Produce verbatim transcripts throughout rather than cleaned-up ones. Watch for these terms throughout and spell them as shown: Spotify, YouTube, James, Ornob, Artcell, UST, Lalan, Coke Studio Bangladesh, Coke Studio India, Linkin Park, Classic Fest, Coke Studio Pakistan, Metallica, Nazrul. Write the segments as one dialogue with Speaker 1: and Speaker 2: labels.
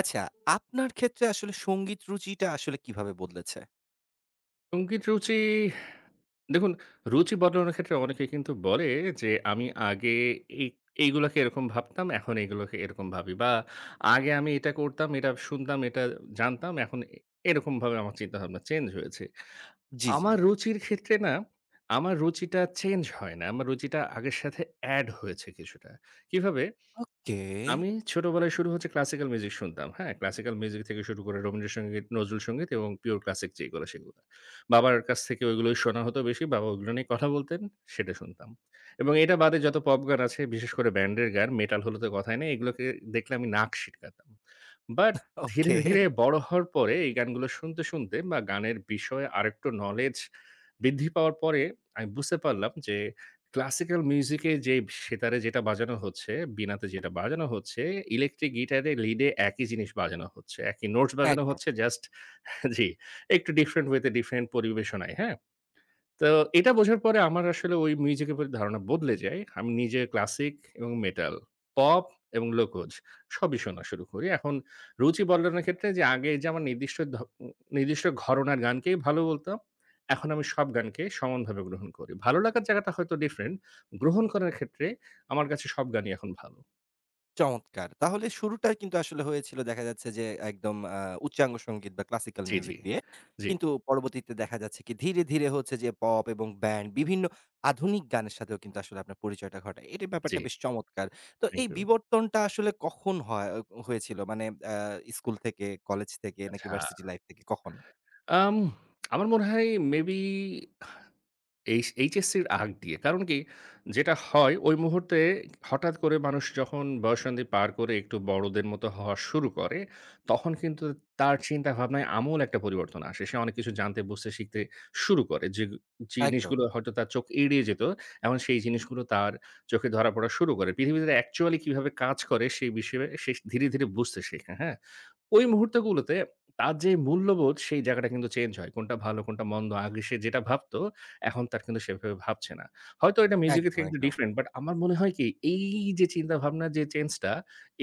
Speaker 1: আচ্ছা, আপনার ক্ষেত্রে আসলে সংগীত রুচিটা আসলে কিভাবে বদলেছে?
Speaker 2: সঙ্গীত রুচি দেখুন, রুচি বদলানোর ক্ষেত্রে অনেকে কিন্তু বলে যে, "আমি আগে এই এইগুলাকে এরকম ভাবতাম, এখন এইগুলোকে এরকম ভাবি" বা "আগে আমি এটা করতাম, এটা শুনতাম, এটা জানতাম, এখন এ এরকমভাবে আমার চিন্তাভাবনা চেঞ্জ হয়েছে।"
Speaker 1: জি, জি।
Speaker 2: আমার রুচির ক্ষেত্রে না, আমার রুচিটা চেঞ্জ হয় না। আমার রুচিটা আগের সাথে এড হয়েছে কিছুটা। কিভাবে?
Speaker 1: কে?
Speaker 2: আমি ছোটবেলায় শুরু হচ্ছে ক্লাসিক্যাল মিউজিক শুনতাম। হ্যাঁ? ক্লাসিক্যাল মিউজিক থেকে শুরু করে রবীন্দ্রসঙ্গীত, নজরুল সঙ্গীত এবং পিওর ক্লাসিক যেগুলো সেগুলো। বাবার কাছ থেকে ওইগুলোই শোনা হতো বেশি। বাবা ওইগুলো নিয়ে কথা বলতেন, সেটা শুনতাম। এবং এটা বাদে যত পপ গান আছে, বিশেষ করে ব্যান্ডের গান, মেটাল হলে তো কথাই নেই। এগুলোকে দেখলে আমি নাক সিটকাতাম। বাট ধীরে,
Speaker 1: ওকে।
Speaker 2: ধীরে বড় হওয়ার পরে এই গানগুলো শুনতে, শুনতে বা গানের বিষয়ে আরেকটু নলেজ বৃদ্ধি পাওয়ার পরে আমি বুঝতে পারলাম যে ক্লাসিক্যাল মিউজিকে যে সেতারে যেটা বাজানো হচ্ছে, বীণাতে যেটা বাজানো হচ্ছে, ইলেকট্রিক গিটারে লিডে একই জিনিস বাজানো হচ্ছে। একই নোটস বাজানো
Speaker 1: একদম।
Speaker 2: হচ্ছে জাস্ট জি, একটু ডিফরেন্ট ওয়েতে ডিফরেন্ট পরিবেশনায়, হ্যাঁ? তো এটা বোঝার পরে আমার আসলে ওই মিউজিকের প্রতি ধারণা বদলে যায়। আমি নিজে ক্লাসিক এবং মেটাল, পপ এবং লোকজ সবই শোনা শুরু করি। এখন রুচি বদলানোর ক্ষেত্রে যে আগে যে আমার নির্দিষ্ট ধ উম নির্দিষ্ট ঘরনার গানকেই ভালো বলতাম, এখন আমি সব গানকে সমানভাবে গ্রহণ করি। ভালো লাগার জায়গাটা হয়তো ডিফারেন্ট। গ্রহণ করার ক্ষেত্রে আমার কাছে সব গানই এখন ভালো।
Speaker 1: চমৎকার! তাহলে শুরুটা কিন্তু আসলে হয়েছিল দেখা যাচ্ছে যে একদম আ উচ্চাঙ্গ সংগীত বা ক্লাসিক্যাল
Speaker 2: জি, জি।
Speaker 1: মিউজিক দিয়ে।
Speaker 2: জি,
Speaker 1: কিন্তু পরবর্তীতে দেখা যাচ্ছে কি ধীরে, ধীরে হচ্ছে যে পপ এবং ব্যান্ড বিভিন্ন আধুনিক গানের সাথেও কিন্তু আসলে আপনার পরিচয়টা ঘটায়। এটার
Speaker 2: জি।
Speaker 1: ব্যাপারটা বেশ চমৎকার। তো
Speaker 2: থ্যাংক
Speaker 1: এই
Speaker 2: ইউ।
Speaker 1: বিবর্তনটা আসলে কখন হয় হয়েছিল? মানে আ স্কুল থেকে, কলেজ থেকে নাকি
Speaker 2: আচ্ছা,
Speaker 1: ভার্সিটি লাইফ থেকে কখন?
Speaker 2: আম আমার মনে হয় মেবি এইচ এইচএসসির আগ দিয়ে। কারণ কি? যেটা হয় ওই মুহূর্তে হঠাৎ করে মানুষ যখন বয়ঃসন্ধি পার করে একটু বড়দের মতো হওয়া শুরু করে, তখন কিন্তু তার চিন্তাভাবনায় আমূল একটা পরিবর্তন আসে। সে অনেক কিছু জানতে, বুঝতে, শিখতে শুরু করে। যে
Speaker 1: একদম,
Speaker 2: জিনিসগুলো হয়তো তার চোখ এড়িয়ে যেত, এখন সেই জিনিসগুলো তার চোখে ধরা পড়া শুরু করে। পৃথিবীতে অ্যাকচুয়ালি কিভাবে কাজ করে সেই বিষয়ে সে ধীরে, ধীরে বুঝতে শেখে, হ্যাঁ? ওই মুহূর্তগুলোতে তার যে মূল্যবোধ সেই জায়গাটা কিন্তু চেঞ্জ হয়। কোনটা ভালো, কোনটা মন্দ আগে সে যেটা ভাবত এখন তার কিন্তু সেভাবে ভাবছে না। হয়তো এটা মিউজিকের
Speaker 1: একদম,
Speaker 2: থেকে একটু
Speaker 1: একদম।
Speaker 2: ডিফারেন্ট বাট আমার মনে হয় কি এই যে চিন্তাভাবনার যে চেঞ্জটা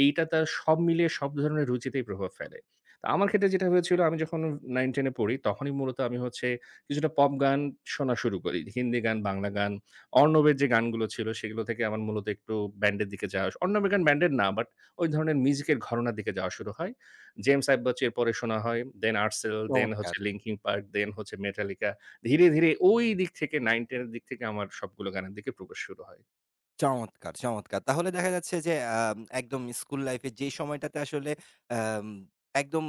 Speaker 2: এইটা তার সব মিলিয়ে সব ধরনের রুচিতেই প্রভাব ফেলে। তো আমার ক্ষেত্রে যেটা হয়েছিল আমি যখন নাইন টেন এ পড়ি তখনই মূলত আমি হচ্ছে কিছুটা পপ গান শোনা শুরু করি। হিন্দি গান, বাংলা গান, অর্ণবের যে গানগুলো ছিল সেগুলো থেকে আমার মূলত একটু ব্যান্ডের দিকে যাওয়া অর্ণবের গান ব্যান্ডের না বাট ওই ধরনের মিউজিকের ঘরনার দিকে যাওয়া শুরু হয়। জেমস আইববাচ এর পরে শোনা হয়, দেন আর্টসেল, দেন হচ্ছে
Speaker 1: চমৎকার,
Speaker 2: লিঙ্কিং পার্ক, দেন হচ্ছে মেটালিকা। ধীরে, ধীরে ওই দিক থেকে নাইন টেন এর দিক থেকে আমার সবগুলো গানের দিকে প্রবেশ শুরু হয়।
Speaker 1: চমৎকার, চমৎকার। তাহলে দেখা যাচ্ছে যে আম একদম স্কুল লাইফ এ যে সময়টাতে আসলে আম একদম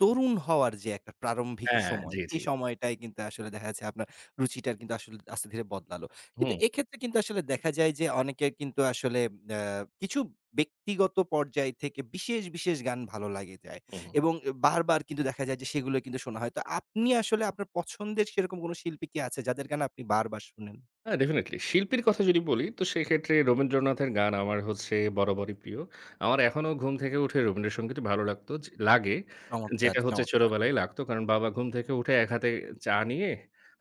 Speaker 1: তরুণ হওয়ার যে একটা প্রারম্ভিক
Speaker 2: হ্যাঁ,
Speaker 1: সময়,
Speaker 2: জি, জি।
Speaker 1: সেই সময়টাই কিন্তু আসলে দেখা যাচ্ছে আপনার রুচিটার কিন্তু আসলে আস্তে ধীরে বদলালো। কিন্তু
Speaker 2: হুম,
Speaker 1: এক্ষেত্রে কিন্তু আসলে দেখা যায় যে অনেকের কিন্তু আসলে আ কিছু ব্যক্তিগত পর্যায় থেকে বিশেষ, বিশেষ গান ভালো লাগে যায়
Speaker 2: হুম।
Speaker 1: এবং বারবার কিন্তু দেখা যায় যে সেগুলো কিন্তু শোনা হয়। তো আপনি আসলে আপনার পছন্দের সেরকম কোন শিল্পী কি আছে যাদের গান আপনি বারবার শোনেন?
Speaker 2: হ্যাঁ, ডেফিনিটলি। শিল্পীর কথা যদি বলি, তো সেক্ষেত্রে রবীন্দ্রনাথের গান আমার হচ্ছে বরাবরই প্রিয়। আমার এখনো ঘুম থেকে উঠে রবীন্দ্রসঙ্গীত ভালো লাগতো যে লাগে।
Speaker 1: চমৎকার,
Speaker 2: যেটা হচ্ছে
Speaker 1: চমৎকার।
Speaker 2: ছোটবেলায় লাগতো। কারণ বাবা ঘুম থেকে উঠে এক হাতে চা নিয়ে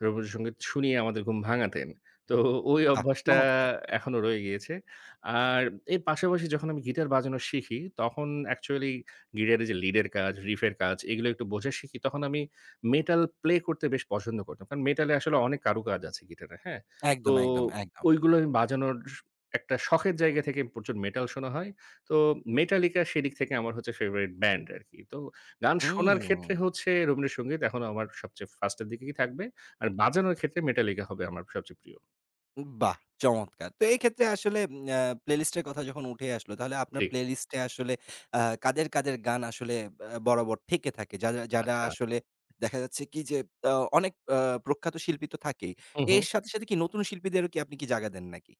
Speaker 2: রবীন্দ্রসঙ্গীত শুনিয়ে আমাদের ঘুম ভাঙাতেন। তো ওই
Speaker 1: বাহ!
Speaker 2: অভ্যাসটা
Speaker 1: চমৎকার।
Speaker 2: এখনো রয়ে গিয়েছে। আর এর পাশাপাশি যখন আমি গিটার বাজানো শিখি, তখন অ্যাকচুয়ালি গিটারের যে লিডের কাজ, রিফের কাজ এগুলো একটু বোঝা শিখি। তখন আমি মেটাল প্লে করতে বেশ পছন্দ করতাম। কারণ মেটালে আসলে অনেক কারুকাজ আছে গিটারে, হ্যাঁ? তো
Speaker 1: একদম, একদম, একদম।
Speaker 2: ওইগুলো আমি বাজানোর স একটা শখের জায়গা থেকে প্রচুর মেটাল শোনা হয়। তো মেটালিকা সেদিক থেকে আমার হচ্ছে ফেভারিট ব্যান্ড আরকি। তো গান শোনার
Speaker 1: হুম,
Speaker 2: ক্ষেত্রে হচ্ছে রবীন্দ্রসঙ্গীত এখনো আমার সবচেয়ে ফার্স্ট এর দিকেই থাকবে। আর বাজানোর ক্ষেত্রে মেটালিকা হবে আমার সবচেয়ে প্রিয়।
Speaker 1: বাহ! চমৎকার। তো এক্ষেত্রে আসলে উম আ প্লেলিস্ট এর কথা যখন উঠে আসলো, তাহলে আপনার
Speaker 2: জি,
Speaker 1: প্লেলিস্ট এ আসলে আ কাদের, কাদের গান আসলে আ বরাবর থেকে থাকে? যারা যারা
Speaker 2: আচ্ছা।
Speaker 1: আসলে দেখা যাচ্ছে কি যে আ অনেক আ প্রখ্যাত শিল্পী তো থাকেই।
Speaker 2: হু, হু।
Speaker 1: এর সাথে, সাথে কি নতুন শিল্পীদেরও কি আপনি কি জায়গা দেন নাকি?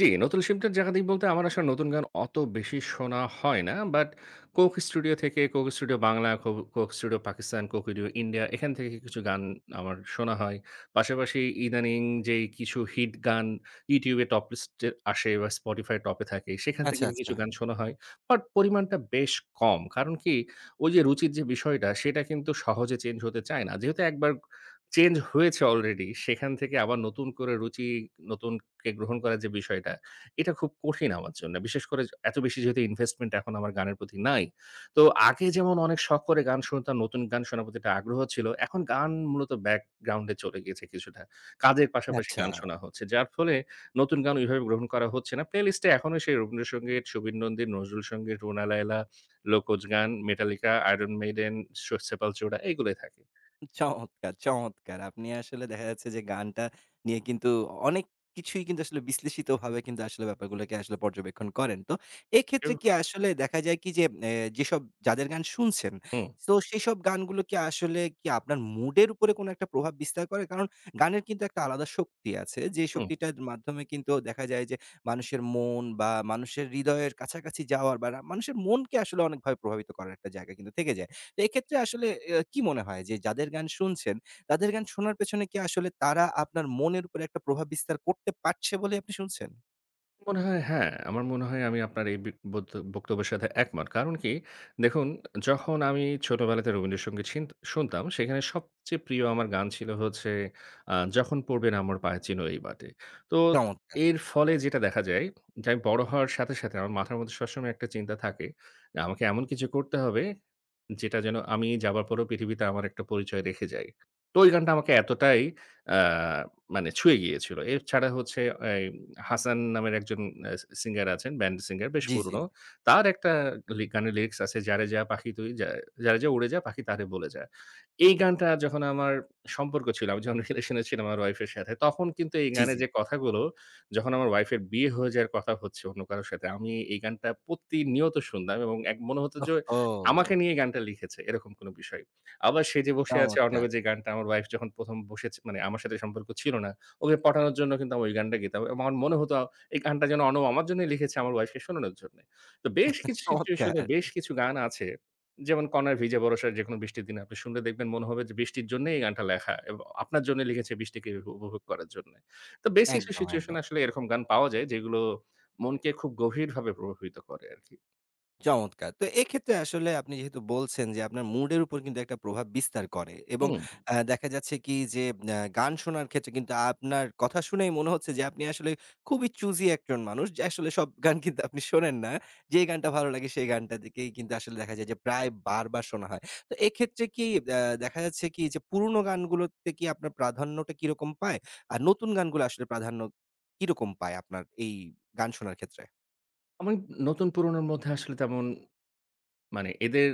Speaker 2: জি, নতুন শিল্পীর জায়গা বলতে আমার আসলে নতুন গান অত বেশি শোনা হয় না। বাট কোক স্টুডিও থেকে, কোক স্টুডিও বাংলা, কো Coke Studio Pakistan, Coke Studio India এখান থেকে কিছু গান আমার শোনা হয়। পাশাপাশি ইদানিং যেই কিছু হিট গান YouTube এ টপ লিস্টে আসে বা Spotify টপে থাকে সেখান থেকে
Speaker 1: আচ্ছা,
Speaker 2: কিছু
Speaker 1: আচ্ছা,
Speaker 2: গান শোনা হয়। বাট পরিমাণটা বেশ কম। কারণ কি ওই যে রুচির যে বিষয়টা সেটা কিন্তু সহজে চেঞ্জ হতে চায় না। যেহেতু একবার চেঞ্জ হয়েছে অলরেডি সেখান থেকে আবার নতুন করে রুচি, নতুন কে গ্রহণ করার যে বিষয়টা, এটা খুব কঠিন আমার জন্য। বিশেষ করে য এত বেশি যেহেতু ইনভেস্টমেন্ট এখন আমার গানের প্রতি নাই। তো আগে যেমন অনেক শখ করে গান শুনতাম, নতুন গান শোনার প্রতি একটা আগ্রহ ছিল। এখন গান মূলত ব্যাকগ্রাউন্ডে চলে গিয়েছে কিছুটা। কাজের পাশাপাশি
Speaker 1: আচ্ছা।
Speaker 2: গান শোনা হচ্ছে। যার ফলে নতুন গান ওইভাবে গ্রহণ করা হচ্ছে না। প্লে লিস্টে এখনো সেই রবীন্দ্রসঙ্গীত, সুবীর নন্দী, নজরুল সঙ্গীত, রুনা লায়লা, লোকজ গান, মেটালিকা, আয়রন মেইডেন, স সেপালচোরা এগুলোই থাকে।
Speaker 1: চমৎকার, চমৎকার! আপনি আসলে দেখা যাচ্ছে যে গানটা নিয়ে কিন্তু অনেক কিছুই কিন্তু আসলে বিশ্লেষিতভাবে কিন্তু আসলে ব্যাপারগুলোকে আসলে পর্যবেক্ষণ করেন। তো এক্ষেত্রে
Speaker 2: এব
Speaker 1: কি আসলে দেখা যায় কি যে এ যেসব যাদের গান শুনছেন,
Speaker 2: হুম,
Speaker 1: তো সেসব গানগুলো কি আসলে কি আপনার মুডের উপরে কোনো একটা প্রভাব বিস্তার করে? কারণ গানের কিন্তু একটা আলাদা শক্তি আছে। যে
Speaker 2: হুম।
Speaker 1: শক্তিটার মাধ্যমে কিন্তু দেখা যায় যে মানুষের মন বা মানুষের হৃদয়ের কাছাকাছি যাওয়ার বা মানুষের মনকে আসলে অনেকভাবে প্রভাবিত করার একটা জায়গা কিন্তু থেকে যায়। তো এক্ষেত্রে আসলে অ্যা কি মনে হয় যে যাদের গান শুনছেন, তাদের গান শোনার পেছনে কি আসলে তারা আপনার মনের উপরে একটা প্রভাব বিস্তার করতে পারছে বলে আপনি শুনছেন?
Speaker 2: মনে হয় হ্যাঁ, আমার মনে হয় আমি আপনার এই বি বক্ত বক্তব্যের সাথে একমত। কারণ কি? দেখুন, যখন আমি ছোটবেলাতে রবীন্দ্রসঙ্গীত সিন্ত শুনতাম, সেখানে সবচেয়ে প্রিয় আমার গান ছিল হচ্ছে আ 'যখন পড়বে না আমার পায়ে চিনোই বাটে।' তো
Speaker 1: চমৎকার!
Speaker 2: এর ফলে যেটা দেখা যায় যে, আমি বড় হওয়ার সাথে, সাথে আমার মাথার মধ্যে সবসময় একটা চিন্তা থাকে যে, আমাকে এমন কিছু করতে হবে যেটা যেন আমি যাবার পরেও পৃথিবীতে আমার একটা পরিচয় রেখে যাই। তো ওই গানটা আমাকে এতটাই আ মানে ছুঁয়ে গিয়েছিল। এছাড়া হচ্ছে এই হাসান নামের একজন আ সিঙ্গার আছেন, ব্যান্ড সিঙ্গার বেশ
Speaker 1: জি, জি।
Speaker 2: পুরনো। তার একটা লি গানের লিরিক্স আছে, "যারে যা পাখি তুই যা যারে যা উড়ে যা পাখি তারে বলে যা।" এই গানটা যখন আমার সম্পর্ক ছিল, আমি যখন রিলেশন এ ছিলাম আমার ওয়াইফ এর সাথে, তখন কিন্তু এই
Speaker 1: জি,
Speaker 2: গানের
Speaker 1: জি।
Speaker 2: যে কথাগুলো, যখন আমার ওয়াইফ এর বিয়ে হয়ে যাওয়ার কথা হচ্ছে অন্য কারো সাথে, আমি এই গানটা প্রতিনিয়ত শুনতাম এবং এক মনে হতো যে আমাকে
Speaker 1: ওহহো!
Speaker 2: নিয়ে গানটা লিখেছে এরকম কোনো বিষয়। আবার সে যে বসে আছে
Speaker 1: চমৎকার!
Speaker 2: অর্ণবের যে গানটা আমার ওয়াইফ যখন ১ম বসেছে মানে আমার সাথে সম্পর্ক ছিল না, ওকে পটানোর জন্য কিন্তু আমি ওই গানটা গেতাম। এবং আমার মনে হতো এই গানটা যেন অর্ণব আমার জন্যই লিখেছে আমার ওয়াইফকে শোনানোর জন্যে। তো বেশ কিছু সিচুয়েশন এ
Speaker 1: চমৎকার!
Speaker 2: বেশ কিছু গান আছে যেমন 'কণার ভিজে বরষার' যেকোনো বৃষ্টির দিনে আপনি শুনলে দেখবেন মনে হবে যে বৃষ্টির জন্যই এই গানটা লেখা এবং আপনার জন্য লিখেছে বৃষ্টিকে উপ উপভোগ করার জন্যে। তো বেশ কিছু
Speaker 1: একদম,
Speaker 2: সিচুয়েশন
Speaker 1: একদম।
Speaker 2: আসলে এরকম গান পাওয়া যায় যেগুলো মনকে খুব গভীরভাবে প্রভাবিত করে আরকি।
Speaker 1: চমৎকার! তো এক্ষেত্রে আসলে আপনি যেহেতু বলছেন যে আপনার মুডের উপর কিন্তু একটা প্রভাব বিস্তার করে এবং
Speaker 2: হুম।
Speaker 1: আ দেখা যাচ্ছে কি যে আ গান শোনার ক্ষেত্রে কিন্তু আপনার কথা শুনেই মনে হচ্ছে যে আপনি আসলে খুবই চুজি একজন মানুষ। যে আসলে সব গান কিন্তু আপনি শোনেন না। যেই গানটা ভালো লাগে সেই গানটা দিকেই কিন্তু আসলে দেখা যায় যে প্রায় বারবার শোনা হয়। তো এক্ষেত্রে কি আ দেখা যাচ্ছে কি যে পুরনো গানগুলোতে কি আপনার প্রাধান্যটা কিরকম পায়? আর নতুন গানগুলো আসলে প্রাধান্য কিরকম পায় আপনার এই গান শোনার ক্ষেত্রে?
Speaker 2: আমি নতুন পুরনোর মধ্যে আসলে তেমন মানে এদের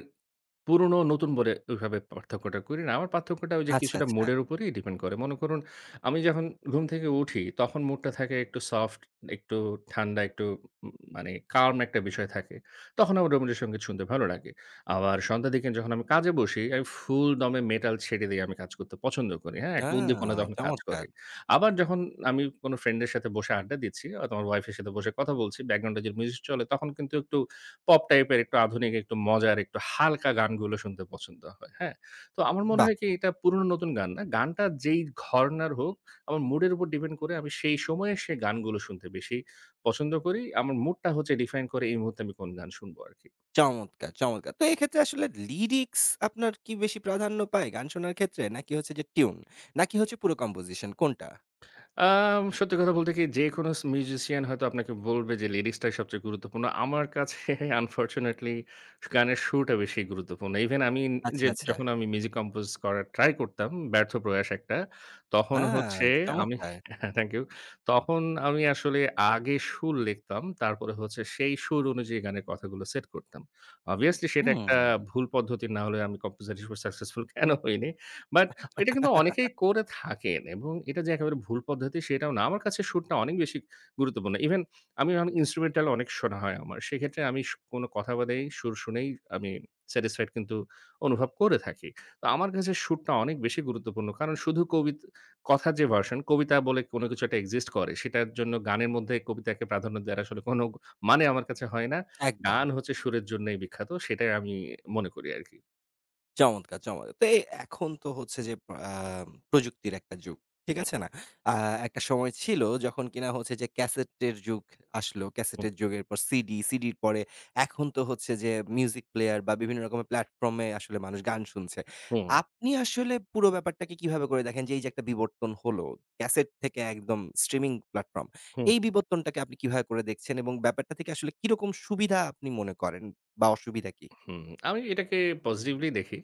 Speaker 2: পুরনো নতুন বলে ওইভাবে পার্থক্যটা করি না। আমার পার্থক্যটা ওই যে
Speaker 1: আচ্ছা,
Speaker 2: কিছুটা
Speaker 1: আচ্ছা।
Speaker 2: মুডের উপরেই ডিপেন্ড করে। মনে করুন আমি যখন ঘুম থেকে উঠি তখন মুডটা থাকে একটু সফট, একটু ঠান্ডা, একটু উম মানে কাল্ম একটা বিষয় থাকে। তখন আমার রবীন্দ্র সঙ্গীত শুনতে ভালো লাগে। আবার সন্ধ্যার দিকে যখন আমি কাজে বসি, আমি ফুল দমে মেটাল ছেড়ে দিয়ে আমি কাজ করতে পছন্দ করি। হ্যাঁ?
Speaker 1: আ
Speaker 2: একটা উদ্দীপনা তখন কাজ করে।
Speaker 1: চমৎকার!
Speaker 2: আবার যখন আমি কোনো ফ্রেন্ডের সাথে বসে আড্ডা দিচ্ছি অথবা আমার ওয়াইফ এর সাথে বসে কথা বলছি, ব্যাকগ্রাউন্ডে যে মিউজিক চলে তখন কিন্তু একটু পপ টাইপের একটু আধুনিক, একটু মজার, একটু হালকা গানগুলো শুনতে পছন্দ হয়। হ্যাঁ? তো আমার মনে
Speaker 1: বাহ!
Speaker 2: হয় কি এটা পুরনো নতুন গান না। গানটা যেই ঘরনার হোক, আমার মুডের উপর ডিপেন্ড করে আমি সেই সময়ে সেই গানগুলো শুনতে বেশি পছন্দ করি। আমার মুডটা হচ্ছে ডিফাইন করে এই মুহূর্তে আমি কোন গান শুনবো আরকি।
Speaker 1: চমৎকার, চমৎকার! তো এক্ষেত্রে আসলে লিরিক্স আপনার কি বেশি প্রাধান্য পায় গান শোনার ক্ষেত্রে? নাকি হচ্ছে যে টিউন? নাকি হচ্ছে পুরো কম্পোজিশন কোনটা?
Speaker 2: আম সত্যি কথা বলতে কি যেকোনো স মিউজিশিয়ান হয়তো আপনাকে বলবে যে লিরিক্সটাই সবচেয়ে গুরুত্বপূর্ণ। আমার কাছে আনফরচুনেটলি গানের সুরটা বেশি গুরুত্বপূর্ণ। ইভেন আমি
Speaker 1: আচ্ছা,
Speaker 2: যে
Speaker 1: আচ্ছা।
Speaker 2: যখন আমি মিউজিক কম্পোজ করার ট্রাই করতাম, ব্যর্থ প্রয়াস একটা। তখন
Speaker 1: আ
Speaker 2: হচ্ছে আমি
Speaker 1: চমৎকার!
Speaker 2: Thank you. তখন আমি আসলে আগে সুর লিখতাম। তারপরে হচ্ছে সেই সুর অনুযায়ী গানের কথাগুলো সেট করতাম। অবভিয়াসলি সেটা একটা
Speaker 1: হুম।
Speaker 2: ভুল পদ্ধতি না হলে আমি কম্পোজার হিসেবে সাকসেসফুল কেন হইনি? বাট এটা কিন্তু অনেকেই করে থাকেন এবং এটা যে একেবারে ভুল পদ্ধতি সেটাও না। আমার কাছে সুরটা অনেক বেশি গুরুত্বপূর্ণ। ইভেন আমি অনেক ইন্সট্রুমেন্টাল অনেক শোনা হয় আমার। সেক্ষেত্রে আমি সু কোনো কথা বাদেই সুর শুনেই আমি স্যাটিসফাইড কিন্তু অনুভব করে থাকি। তো আমার কাছে সুরটা অনেক বেশি গুরুত্বপূর্ণ। কারণ শুধু কবিত কথার যে ভার্সন, কবিতা বলে কোনো কিছু একটা এক্সিস্ট করে। সেটার জন্য গানের মধ্যে কবিতাকে প্রাধান্য দেওয়ার আসলে কোনো মানে আমার কাছে হয় না।
Speaker 1: একদম।
Speaker 2: গান হচ্ছে সুরের জন্যই বিখ্যাত। সেটাই আমি মনে করি আরকি।
Speaker 1: চমৎকার, চমৎকার! তো এ এখন তো হচ্ছে যে আ প্রযুক্তির একটা যুগ। ঠিক
Speaker 2: হুম,
Speaker 1: আছে না? আ একটা সময় ছিল যখন কিনা হচ্ছে যে ক্যাসেটের যুগ আসলো।
Speaker 2: হুম,
Speaker 1: ক্যাসেটের যুগের পর সিডি, সিডির পরে এখন তো হচ্ছে যে মিউজিক প্লেয়ার বা বিভিন্ন রকমের প্ল্যাটফর্ম এ আসলে মানুষ গান শুনছে।
Speaker 2: হুম,
Speaker 1: আপনি আসলে পুরো ব্যাপারটাকে কিভাবে করে দেখেন যে এই যে একটা বিবর্তন হলো, ক্যাসেট থেকে একদম স্ট্রিমিং প্ল্যাটফর্ম।
Speaker 2: হুম।
Speaker 1: এই বিবর্তনটাকে আপনি কিভাবে করে দেখছেন এবং ব্যাপারটা থেকে আসলে কিরকম সুবিধা আপনি মনে করেন বা অসুবিধা কি?
Speaker 2: হুম, আমি এটাকে পজিটিভলি দেখি।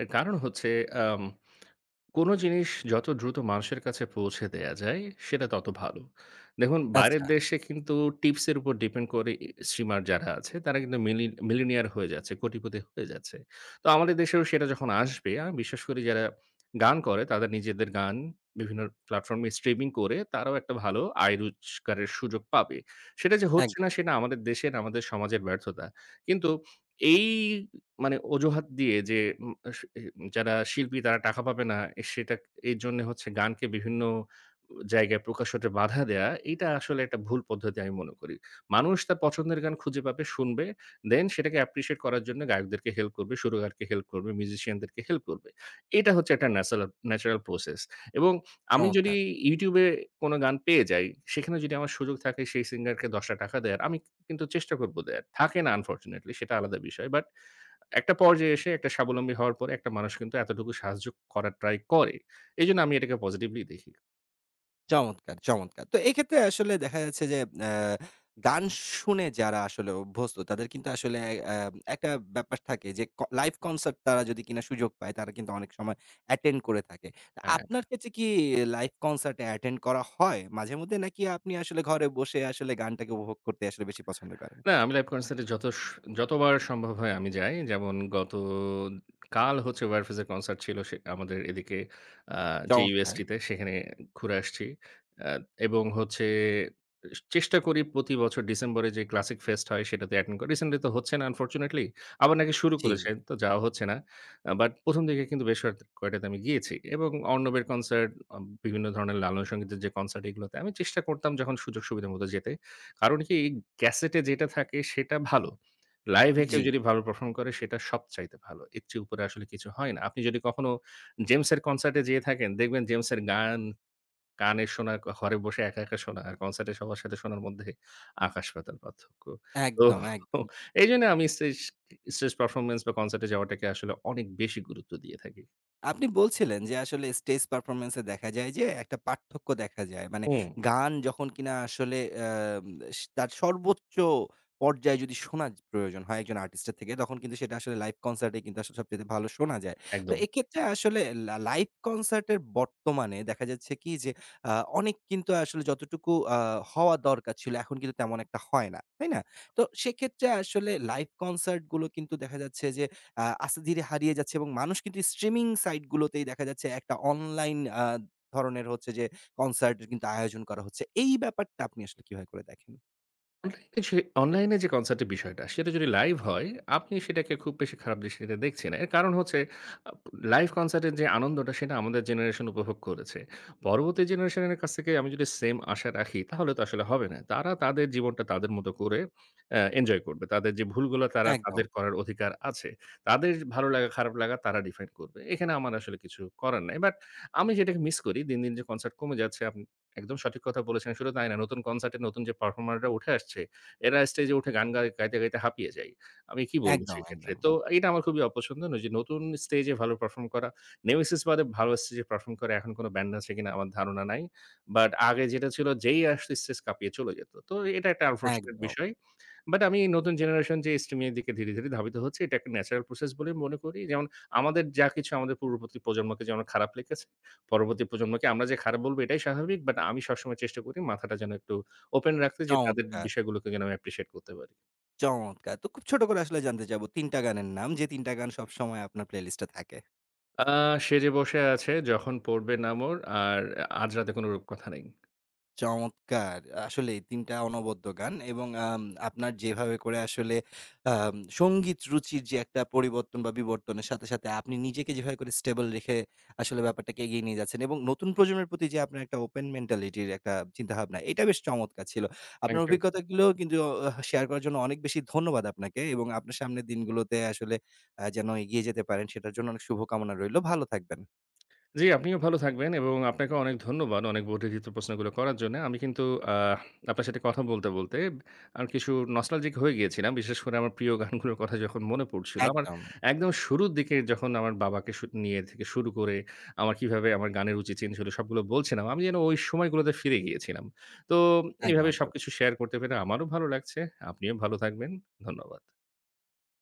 Speaker 2: এর কারণ হচ্ছে আম কোনো জিনিস যত দ্রুত মানুষের কাছে পৌঁছে দেয়া যায়, সেটা তত ভালো। দেখুন বাইরের
Speaker 1: আচ্ছা,
Speaker 2: দেশে কিন্তু টিপসের উপর ডিপেন্ড করে এ স্ট্রিমার যারা আছে, তারা কিন্তু মিলি মিলিনিয়ার হয়ে যাচ্ছে, কোটিপতি হয়ে যাচ্ছে। তো আমাদের দেশেও সেটা যখন আসবে, আমি বিশ্বাস করি যারা গান করে, তাদের নিজেদের গান বিভিন্ন প্ল্যাটফর্মে স্ট্রিমিং করে তারাও একটা ভালো আয় রোজগারের সুযোগ পাবে। সেটা যে হচ্ছে
Speaker 1: একদম
Speaker 2: না, সেটা আমাদের দেশের, আমাদের সমাজের ব্যর্থতা। কিন্তু এই মানে অজুহাত দিয়ে যে উম আস এ যারা শিল্পী তারা টাকা পাবে না। এ সেটা এর জন্য হচ্ছে গানকে বিভিন্ন জায়গায় প্রকাশ হতে বাধা দেয়া, এইটা আসলে একটা ভুল পদ্ধতি আমি মনে করি। মানুষ তার পছন্দের গান খুঁজে পাবে, শুনবে। দেন সেটাকে অ্যাপ্রিশিয়েট করার জন্য গায়কদেরকে হেল্প করবে, সুরকারকে হেল্প করবে, মিউজিশিয়ানদেরকে হেল্প করবে। এটা হচ্ছে একটা ন্যাচারাল ন্যাচারাল প্রসেস এবং আমি যদি
Speaker 1: চমৎকার!
Speaker 2: YouTube এ কোনো গান পেয়ে যাই, সেখানে যদি আমার সুযোগ থাকে সেই সিঙ্গারকে ৳দশ টাকা দেয়ার, আমি কিন্তু চেষ্টা করব দেয়ার। থাকে না আনফরচুনেটলি সেটা আলাদা বিষয়। বাট একটা পর্যায়ে এসে একটা স্বাবলম্বী হওয়ার পরে একটা মানুষ কিন্তু এতটুকু সাহায্য করার ট্রাই করে। এজন্য আমি এটাকে পজিটিভলি দেখি।
Speaker 1: চমৎকার, চমৎকার। তো এক্ষেত্রে আসলে দেখা যাচ্ছে যে আ গান শুনে যারা আসলে অভ্যস্ত তাদের কিন্তু আসলে অ্যা একটা ব্যাপার থাকে যে ক লাইভ কনসার্ট তারা যদি কিনা সুযোগ পায় তারা কিন্তু অনেক সময় অ্যাটেন্ড করে থাকে। তো
Speaker 2: হ্যাঁ।
Speaker 1: আপনার ক্ষেত্রে কি লাইভ কনসার্ট এ অ্যাটেন্ড করা হয় মাঝেমধ্যে? নাকি আপনি আসলে ঘরে বসে আসলে গানটাকে উপভোগ করতে আসলে বেশি পছন্দ করেন?
Speaker 2: না, আমি লাইভ কনসার্টে যত স যতবার সম্ভব হয় আমি যাই। যেমন গত কাল হচ্ছে ওয়ারফেজের কনসার্ট ছিল সে আমাদের এদিকে আ যে
Speaker 1: চমৎকার!
Speaker 2: ইউ এস টি তে সেখানে ঘুরে আসছি। আ এবং হচ্ছে স চেষ্টা করি প্রতি বছর ডিসেম্বরে যে ক্লাসিক ফেস্ট হয় সেটাতে অ্যাটেন্ড করি। রিসেন্টলি তো হচ্ছে না আনফরচুনেটলি। আবার নাকি শুরু
Speaker 1: জি,
Speaker 2: করেছে তো যাওয়া হচ্ছে না। আ বাট ১ম দিকে কিন্তু বেশ কয়েক কয়টাতে আমি গিয়েছি এবং অর্ণবের কনসার্ট, আ বিভিন্ন ধরনের লালন সংগীতের যে কনসার্ট এগুলোতে আমি চেষ্টা করতাম যখন সুযোগ সুবিধা মতো যেতে। কারণ কি ক্যাসেটে যেটা থাকে সেটা ভালো। লাইভে কেউ
Speaker 1: জি।
Speaker 2: যদি ভালো পারফর্ম করে সেটা সবচাইতে ভালো। এর চেয়ে উপরে আসলে কিছু হয় না। আপনি যদি কখনো জেমসের কনসার্টে যেয়ে থাকেন, দেখবেন জেমসের গান কানে শোনা, ঘরে বসে একা, একা শোনা আর কনসার্টে সবার সাথে শোনার মধ্যে আকাশ-পাতাল পার্থক্য। তো
Speaker 1: একদম, একদম।
Speaker 2: এইজন্য আমি স্টেজ স্টেজ পারফরম্যান্স বা কনসার্টে যাওয়াটাকে আসলে অনেক বেশি গুরুত্ব দিয়ে থাকি।
Speaker 1: আপনি বলছিলেন যে আসলে স্টেজ পারফরম্যান্স এ দেখা যায় যে একটা পার্থক্য দেখা যায়। মানে
Speaker 2: হুম,
Speaker 1: গান যখন কিনা আসলে আম স তার সর্বোচ্চ পর্যায়ে যদি শোনা য- প্রয়োজন হয় একজন আর্টিস্ট এর থেকে তখন কিন্তু সেটা আসলে লাইভ কনসার্ট এ কিন্তু আসলে সবচাইতে ভালো শোনা যায়। তো
Speaker 2: একদম।
Speaker 1: এক্ষেত্রে আসলে লা লাইভ কনসার্ট এর বর্তমানে দেখা যাচ্ছে কি যে আ অনেক কিন্তু আসলে যতটুকু আ হওয়া দরকার ছিল এখন কিন্তু তেমন একটা হয় না। তাই না? তো সেক্ষেত্রে আসলে লাইভ কনসার্ট গুলো কিন্তু দেখা যাচ্ছে যে আ আস্তে ধীরে হারিয়ে যাচ্ছে এবং মানুষ কিন্তু স্ট্রিমিং সাইট গুলোতেই দেখা যাচ্ছে একটা অনলাইন আ ধরনের হচ্ছে যে কনসার্ট এর কিন্তু আয়োজন করা হচ্ছে। এই ব্যাপারটা আপনি আসলে কিভাবে করে দেখেন?
Speaker 2: এই সে অনলাইনে যে কনসার্টের বিষয়টা, সেটা যদি লাইভ হয়, আপনি সেটাকে খুব বেশি খারাপ দৃষ্টিতে দেখছি না। এর কারণ হচ্ছে আপ লাইভ কনসার্টের যে আনন্দটা, সেটা আমাদের জেনারেশন উপভোগ করেছে। পরবর্তী জেনারেশনের কাছ থেকে আমি যদি সেম আশা রাখি, তাহলে তো আসলে হবে না। তারা তাদের জীবনটা তাদের মতো করে অ্যা এনজয় করবে। তাদের যে ভুলগুলো তারা
Speaker 1: একদম,
Speaker 2: তাদের করার অধিকার আছে। তাদের ভালো লাগা, খারাপ লাগা তারা ডিফাইন করবে। এখানে আমার আসলে কিছু করার নাই। বাট আমি যেটাকে মিস করি, দিন, দিন যে কনসার্ট কমে যাচ্ছে, আপনি একদম সঠিক কথা বলেছেন। শুধু তাই না, নতুন কনসার্টে নতুন যে পারফর্মাররা উঠে আসছে, এরা স্টেজে উঠে গান গায় গাইতে, গাইতে হাঁপিয়ে যায়। আমি কি বলব
Speaker 1: একদম,
Speaker 2: সেক্ষেত্রে?
Speaker 1: একদম,
Speaker 2: তো এটা আমার খুবই অপছন্দের। ওই যে নতুন স্টেজে ভালো পারফর্ম করা, নেমেসিস বাদে ভালো স্টেজে পারফর্ম করা এখন কোনো ব্যান্ড আছে কিনা আমার ধারণা নাই। বাট আগে যেটা ছিল যেই আসতো স্টেজ কাঁপিয়ে চলে যেত। তো এটা একটা আনফরচুনেট
Speaker 1: একদম।
Speaker 2: বিষয়। বাট আমি এই নতুন জেনারেশন যে স্ট্রিমিং এর দিকে ধীরে, ধীরে ধাবিত হচ্ছে এটা একটা ন্যাচারাল প্রসেস বলে মনে করি। যেমন আমাদের যা কিছু আমাদের পূর্ববর্তী প্রজন্মকে যেমন খারাপ লেগেছে, পরবর্তী প্রজন্মকে আমরা যে খারাপ বলব এটাই স্বাভাবিক। বাট আমি সবসময় চেষ্টা করি মাথাটা যেন একটু ওপেন রাখতে যে তাদের
Speaker 1: চমৎকার,
Speaker 2: বিষয়গুলোকে যেন আমি অ্যাপ্রিশিয়েট করতে পারি।
Speaker 1: চমৎকার। তো খুব ছোট করে আসলে জানতে চাবো তিন টা গানের নাম যে তিন টা গান সবসময় আপনার প্লেলিস্টে থাকে।
Speaker 2: আ সেজে বসে আছে যখন পড়বে না মোর আর আজ রাতে কোনো রূপকথা নেই।
Speaker 1: চমৎকার! আসলেই তিন টা অনবদ্য গান এবং আম আপনার যেভাবে করে আসলে আম সংগীত রুচির যে একটা পরিবর্তন বা বিবর্তনের সাথে, সাথে আপনি নিজেকে যেভাবে করে স্টেবল রেখে আসলে ব্যাপারটাকে এগিয়ে নিয়ে যাচ্ছেন এবং নতুন প্রজন্মের প্রতি যে আপনার একটা ওপেন মেন্টালিটি র একটা চিন্তাভাবনা, এটা বেশ চমৎকার ছিল।
Speaker 2: থ্যাংক
Speaker 1: আপনার
Speaker 2: ইউ।
Speaker 1: অভিজ্ঞতাগুলো কিন্তু অ শেয়ার করার জন্য অনেক বেশি ধন্যবাদ আপনাকে এবং আপনার সামনের দিনগুলোতে আসলে আ যেন এগিয়ে যেতে পারেন সেটার জন্য অনেক শুভকামনা রইলো। ভালো থাকবেন।
Speaker 2: জি, আপনিও ভালো থাকবেন এবং আপনাকে অনেক ধন্যবাদ অনেক বর্ধিত প্রশ্নগুলো করার জন্যে। আমি কিন্তু আ আপনার সাথে কথা বলতে, বলতে আমি কিছু নস্টালজিক হয়ে গিয়েছিলাম। বিশেষ করে আমার প্রিয় গানগুলোর কথা যখন মনে পড়ছিল। আমার
Speaker 1: একদম,
Speaker 2: একদম শুরুর দিকে যখন আমার বাবাকে সু নিয়ে থেকে শুরু করে আমার কিভাবে আমার গানের রুচি চেঞ্জ হলো সবগুলো বলছিলাম। আমি যেন ওই সময়গুলোতে ফিরে গিয়েছিলাম। তো
Speaker 1: একদম,
Speaker 2: এভাবে
Speaker 1: একদম।
Speaker 2: সবকিছু শেয়ার করতে পেরে আমারও ভালো লাগছে। আপনিও ভালো থাকবেন। ধন্যবাদ।